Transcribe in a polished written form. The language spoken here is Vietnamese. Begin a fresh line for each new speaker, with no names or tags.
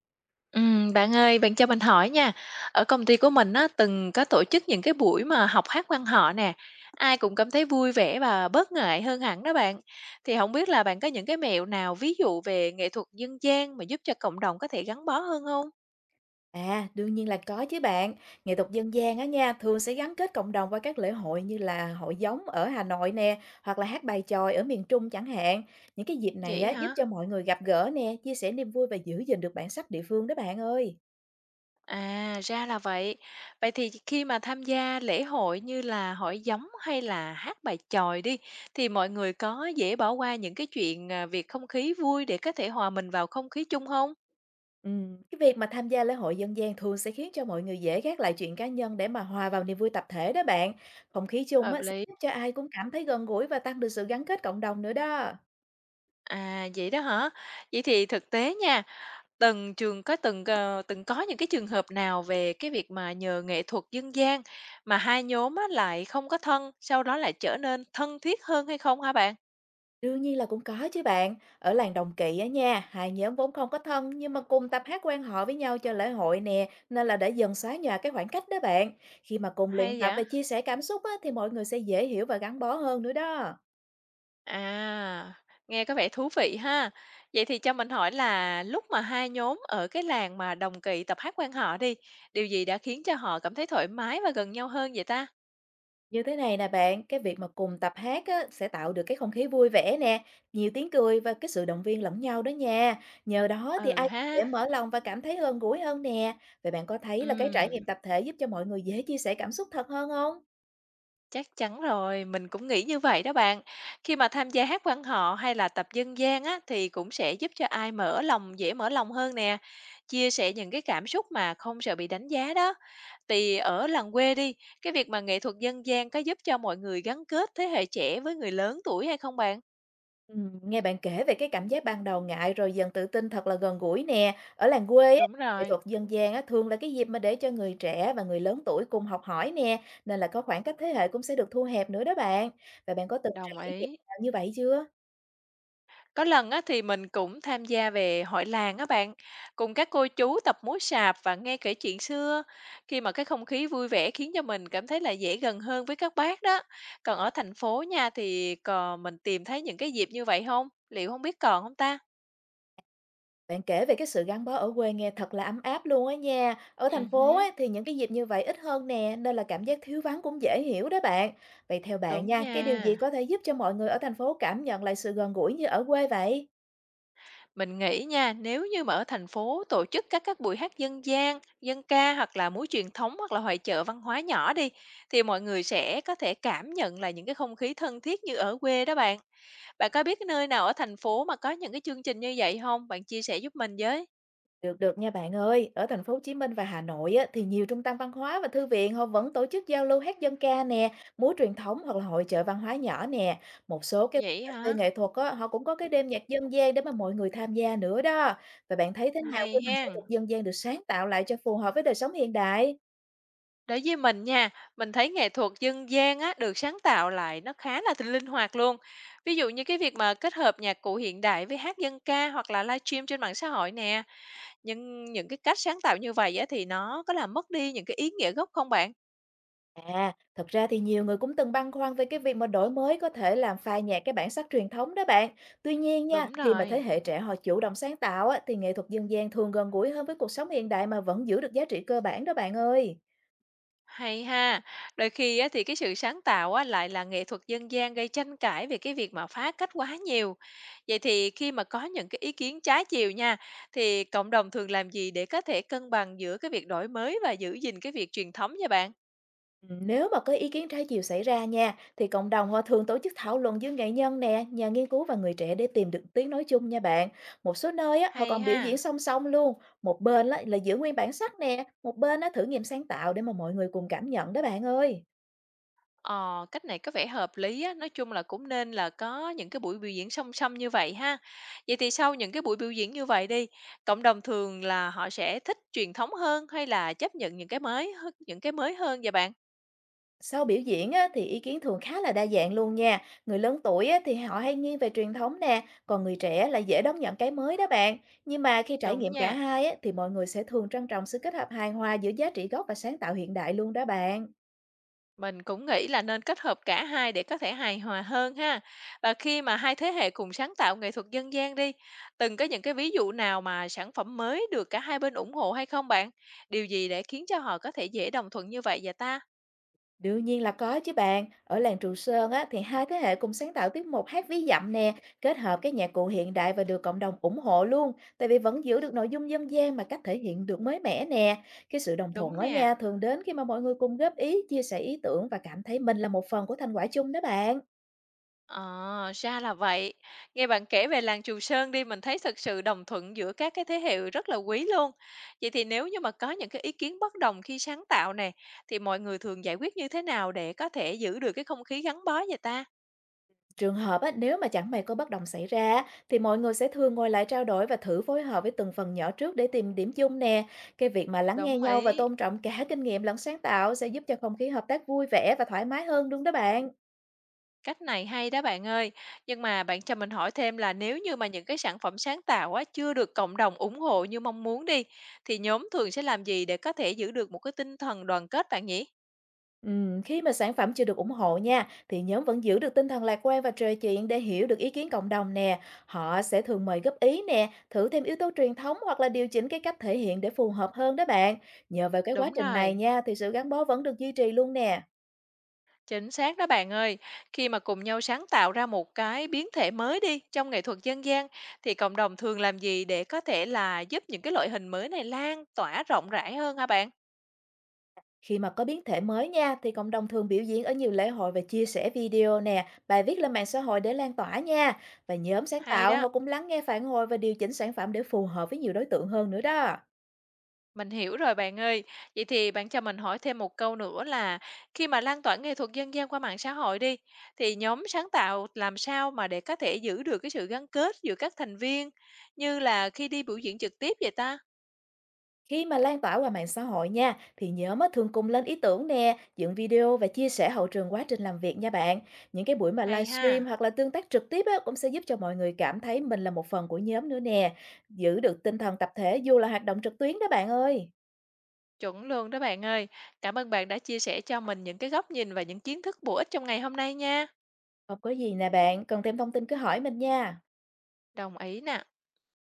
Bạn ơi, bạn cho mình hỏi nha. Ở công ty của mình á, từng có tổ chức những cái buổi mà học hát quan họ nè. Ai cũng cảm thấy vui vẻ và bớt ngại hơn hẳn đó bạn. Thì không biết là bạn có những cái mẹo nào, ví dụ về nghệ thuật dân gian mà giúp cho cộng đồng có thể gắn bó hơn không?
À, đương nhiên là có chứ bạn. Nghệ thuật dân gian á nha, thường sẽ gắn kết cộng đồng qua các lễ hội như là hội gióng ở Hà Nội nè, hoặc là hát bài chòi ở miền Trung chẳng hạn. Những cái dịp này
Vậy
á giúp
hả?
cho mọi người gặp gỡ nè, chia sẻ niềm vui và giữ gìn được bản sắc địa phương đó bạn ơi.
À, ra là vậy. Vậy thì khi mà tham gia lễ hội như là hội gióng hay là hát bài chòi đi, thì mọi người có dễ bỏ qua những cái chuyện à, việc không khí vui để có thể hòa mình vào không khí chung không?
Cái việc mà tham gia lễ hội dân gian thường sẽ khiến cho mọi người dễ gác lại chuyện cá nhân để mà hòa vào niềm vui tập thể đó bạn. Không khí chung
Hợp
á sẽ
lý.
giúp cho ai cũng cảm thấy gần gũi và tăng được sự gắn kết cộng đồng nữa đó.
À, vậy đó hả? Vậy thì thực tế nha, từng trường có từng, ờ, từng có những cái trường hợp nào về cái việc mà nhờ nghệ thuật dân gian mà hai nhóm á lại không có thân, sau đó lại trở nên thân thiết hơn hay không hả bạn?
Đương nhiên là cũng có chứ bạn. Ở làng Đồng Kỵ á nha, hai nhóm vốn không có thân nhưng mà cùng tập hát quan họ với nhau cho lễ hội nè, nên là để dần xóa nhòa cái khoảng cách đó bạn. Khi mà cùng luyện
Hay
tập và
vậy?
chia sẻ cảm xúc á, thì mọi người sẽ dễ hiểu và gắn bó hơn nữa đó.
À, nghe có vẻ thú vị ha. Vậy thì cho mình hỏi là lúc mà hai nhóm ở cái làng mà đồng kỳ tập hát quan họ đi, điều gì đã khiến cho họ cảm thấy thoải mái và gần nhau hơn vậy ta?
Như thế này nè bạn, cái việc mà cùng tập hát á, sẽ tạo được cái không khí vui vẻ nè, nhiều tiếng cười và cái sự động viên lẫn nhau đó nha. Nhờ đó thì
Ừ
ai cũng dễ
ha.
mở lòng và cảm thấy gần gũi hơn nè. Vậy bạn có thấy là cái trải
Ừm.
nghiệm tập thể giúp cho mọi người dễ chia sẻ cảm xúc thật hơn không?
Chắc chắn rồi, mình cũng nghĩ như vậy đó bạn. Khi mà tham gia hát quan họ hay là tập dân gian á thì cũng sẽ giúp cho ai mở lòng dễ mở lòng hơn nè, chia sẻ những cái cảm xúc mà không sợ bị đánh giá đó. Thì ở làng quê đi, cái việc mà nghệ thuật dân gian có giúp cho mọi người gắn kết thế hệ trẻ với người lớn tuổi hay không bạn?
Nghe bạn kể về cái cảm giác ban đầu ngại rồi dần tự tin thật là gần gũi nè. Ở làng quê á,
Đúng
nghệ thuật
rồi,
dân gian á, thường là cái dịp mà để cho người trẻ và người lớn tuổi cùng học hỏi nè, nên là có khoảng cách thế hệ cũng sẽ được thu hẹp nữa đó bạn. Và bạn có từng trải
đồng
nghiệm
ý.
nào như vậy chưa?
Có lần á, thì mình cũng tham gia về hội làng á bạn, cùng các cô chú tập múa sạp và nghe kể chuyện xưa. Khi mà cái không khí vui vẻ khiến cho mình cảm thấy là dễ gần hơn với các bác đó. Còn ở thành phố nha thì còn mình tìm thấy những cái dịp như vậy không? Liệu không biết còn không ta?
Bạn kể về cái sự gắn bó ở quê nghe thật là ấm áp luôn á nha. Ở thành
Ừ
phố á,
hứ,
thì những cái dịp như vậy ít hơn nè, nên là cảm giác thiếu vắng cũng dễ hiểu đó bạn. Vậy theo bạn
Đúng
nha, cái điều gì có
nha.
thể giúp cho mọi người ở thành phố cảm nhận lại sự gần gũi như ở quê vậy?
Mình nghĩ nha, nếu như mà ở thành phố tổ chức các buổi hát dân gian, dân ca hoặc là múa truyền thống hoặc là hội chợ văn hóa nhỏ đi thì mọi người sẽ có thể cảm nhận là những cái không khí thân thiết như ở quê đó bạn. Bạn có biết cái nơi nào ở thành phố mà có những cái chương trình như vậy hông? Bạn chia sẻ giúp mình với.
Được được nha bạn ơi, ở thành phố Hồ Chí Minh và Hà Nội á, thì nhiều trung tâm văn hóa và thư viện họ vẫn tổ chức giao lưu hát dân ca nè, múa truyền thống hoặc là hội chợ văn hóa nhỏ nè. Một số cái
Vậy
cà phê
hả?
nghệ thuật á, họ cũng có cái đêm nhạc dân gian để mà mọi người tham gia nữa đó. Và bạn thấy thế nào khi
Hay
mà nghệ
hen.
thuật dân gian được sáng tạo lại cho phù hợp với đời sống hiện đại?
Đối với mình nha, mình thấy nghệ thuật dân gian á, được sáng tạo lại nó khá là linh hoạt luôn. Ví dụ như cái việc mà kết hợp nhạc cụ hiện đại với hát dân ca hoặc là livestream trên mạng xã hội nè. Nhưng những cái cách sáng tạo như vậy á, thì nó có làm mất đi những cái ý nghĩa gốc không bạn?
À, thật ra thì nhiều người cũng từng băn khoăn về cái việc mà đổi mới có thể làm phai nhạt cái bản sắc truyền thống đó bạn. Tuy nhiên nha,
Đúng
khi mà thế
rồi.
hệ trẻ họ chủ động sáng tạo á, thì nghệ thuật dân gian thường gần gũi hơn với cuộc sống hiện đại mà vẫn giữ được giá trị cơ bản đó bạn ơi.
Hay ha. Đôi khi á, thì cái sự sáng tạo á, lại là nghệ thuật dân gian gây tranh cãi về cái việc mà phá cách quá nhiều. Vậy thì khi mà có những cái ý kiến trái chiều nha, thì cộng đồng thường làm gì để có thể cân bằng giữa cái việc đổi mới và giữ gìn cái việc truyền thống nha bạn?
Ừ, nếu mà có ý kiến trái chiều xảy ra nha, thì cộng đồng họ thường tổ chức thảo luận giữa nghệ nhân nè, nhà nghiên cứu và người trẻ để tìm được tiếng nói chung nha bạn. Một số nơi á, họ
Hay
còn biểu diễn
ha.
song song luôn, một bên á, là giữ nguyên bản sắc nè, một bên á, thử nghiệm sáng tạo để mà mọi người cùng cảm nhận đó bạn ơi.
Ờ, cách này có vẻ hợp lý á. Nói chung là cũng nên là có những cái buổi biểu diễn song song như vậy ha. Vậy thì sau những cái buổi biểu diễn như vậy đi, cộng đồng thường là họ sẽ thích truyền thống hơn hay là chấp nhận những cái mới hơn vậy bạn?
Sau biểu diễn á, thì ý kiến thường khá là đa dạng luôn nha. Người lớn tuổi á, thì họ hay nghiêng về truyền thống nè, còn người trẻ là dễ đón nhận cái mới đó bạn. Nhưng mà khi trải
Đúng
nghiệm cả
nha,
hai á, thì mọi người sẽ thường trân trọng sự kết hợp hài hòa giữa giá trị gốc và sáng tạo hiện đại luôn đó bạn.
mình cũng nghĩ là nên kết hợp cả hai để có thể hài hòa hơn ha. Và khi mà hai thế hệ cùng sáng tạo nghệ thuật dân gian đi, từng có những cái ví dụ nào mà sản phẩm mới được cả hai bên ủng hộ hay không bạn? Điều gì để khiến cho họ có thể dễ đồng thuận như vậy vậy ta?
Đương nhiên là có chứ bạn. Ở làng Trường Sơn á, thì hai thế hệ cùng sáng tạo tiết mục hát ví dặm nè, kết hợp cái nhạc cụ hiện đại và được cộng đồng ủng hộ luôn. Tại vì vẫn giữ được nội dung dân gian mà cách thể hiện được mới mẻ nè. Cái sự đồng thuận
Đúng
ở
nè.
nha thường đến khi mà mọi người cùng góp ý, chia sẻ ý tưởng và cảm thấy mình là một phần của thành quả chung đó bạn.
Ờ, ra là vậy. Nghe bạn kể về làng Chù Sơn đi, mình thấy thực sự đồng thuận giữa các cái thế hệ rất là quý luôn. Vậy thì nếu như mà có những cái ý kiến bất đồng khi sáng tạo này thì mọi người thường giải quyết như thế nào để có thể giữ được cái không khí gắn bó vậy ta?
Trường hợp á, nếu mà chẳng may có bất đồng xảy ra á, thì mọi người sẽ thường ngồi lại trao đổi và thử phối hợp với từng phần nhỏ trước để tìm điểm chung nè. Cái việc mà lắng nghe
Đồng
nhau và
ý.
tôn trọng cả kinh nghiệm lẫn sáng tạo sẽ giúp cho không khí hợp tác vui vẻ và thoải mái hơn đúng đó bạn.
Cách này hay đó bạn ơi. Nhưng mà bạn cho mình hỏi thêm là nếu như mà những cái sản phẩm sáng tạo á chưa được cộng đồng ủng hộ như mong muốn đi, thì nhóm thường sẽ làm gì để có thể giữ được một cái tinh thần đoàn kết bạn nhỉ?
Khi mà sản phẩm chưa được ủng hộ nha, thì nhóm vẫn giữ được tinh thần lạc quan và trò chuyện để hiểu được ý kiến cộng đồng nè. Họ sẽ thường mời góp ý nè, thử thêm yếu tố truyền thống hoặc là điều chỉnh cái cách thể hiện để phù hợp hơn đó bạn. Nhờ vào cái quá
Đúng
trình này
rồi.
nha, thì sự gắn bó vẫn được duy trì luôn nè.
Chính xác đó bạn ơi, khi mà cùng nhau sáng tạo ra một cái biến thể mới đi trong nghệ thuật dân gian thì cộng đồng thường làm gì để có thể là giúp những cái loại hình mới này lan tỏa rộng rãi hơn hả bạn?
Khi mà có biến thể mới nha, thì cộng đồng thường biểu diễn ở nhiều lễ hội và chia sẻ video nè, bài viết lên mạng xã hội để lan tỏa nha. Và nhóm sáng
Hay
tạo
đó,
họ cũng lắng nghe phản hồi và điều chỉnh sản phẩm để phù hợp với nhiều đối tượng hơn nữa đó.
mình hiểu rồi bạn ơi. Vậy thì bạn cho mình hỏi thêm một câu nữa là khi mà lan tỏa nghệ thuật dân gian qua mạng xã hội đi thì nhóm sáng tạo làm sao mà để có thể giữ được cái sự gắn kết giữa các thành viên như là khi đi biểu diễn trực tiếp vậy ta?
Khi mà lan tỏa qua mạng xã hội nha, thì nhóm á thường cùng lên ý tưởng nè, dựng video và chia sẻ hậu trường quá trình làm việc nha bạn. Những cái buổi mà
Hay
livestream
ha.
hoặc là tương tác trực tiếp á, cũng sẽ giúp cho mọi người cảm thấy mình là một phần của nhóm nữa nè, giữ được tinh thần tập thể dù là hoạt động trực tuyến đó bạn ơi.
Chuẩn luôn đó bạn ơi. Cảm ơn bạn đã chia sẻ cho mình những cái góc nhìn và những kiến thức bổ ích trong ngày hôm nay nha.
Không có gì nè bạn, cần thêm thông tin cứ hỏi mình nha.
Đồng ý nè.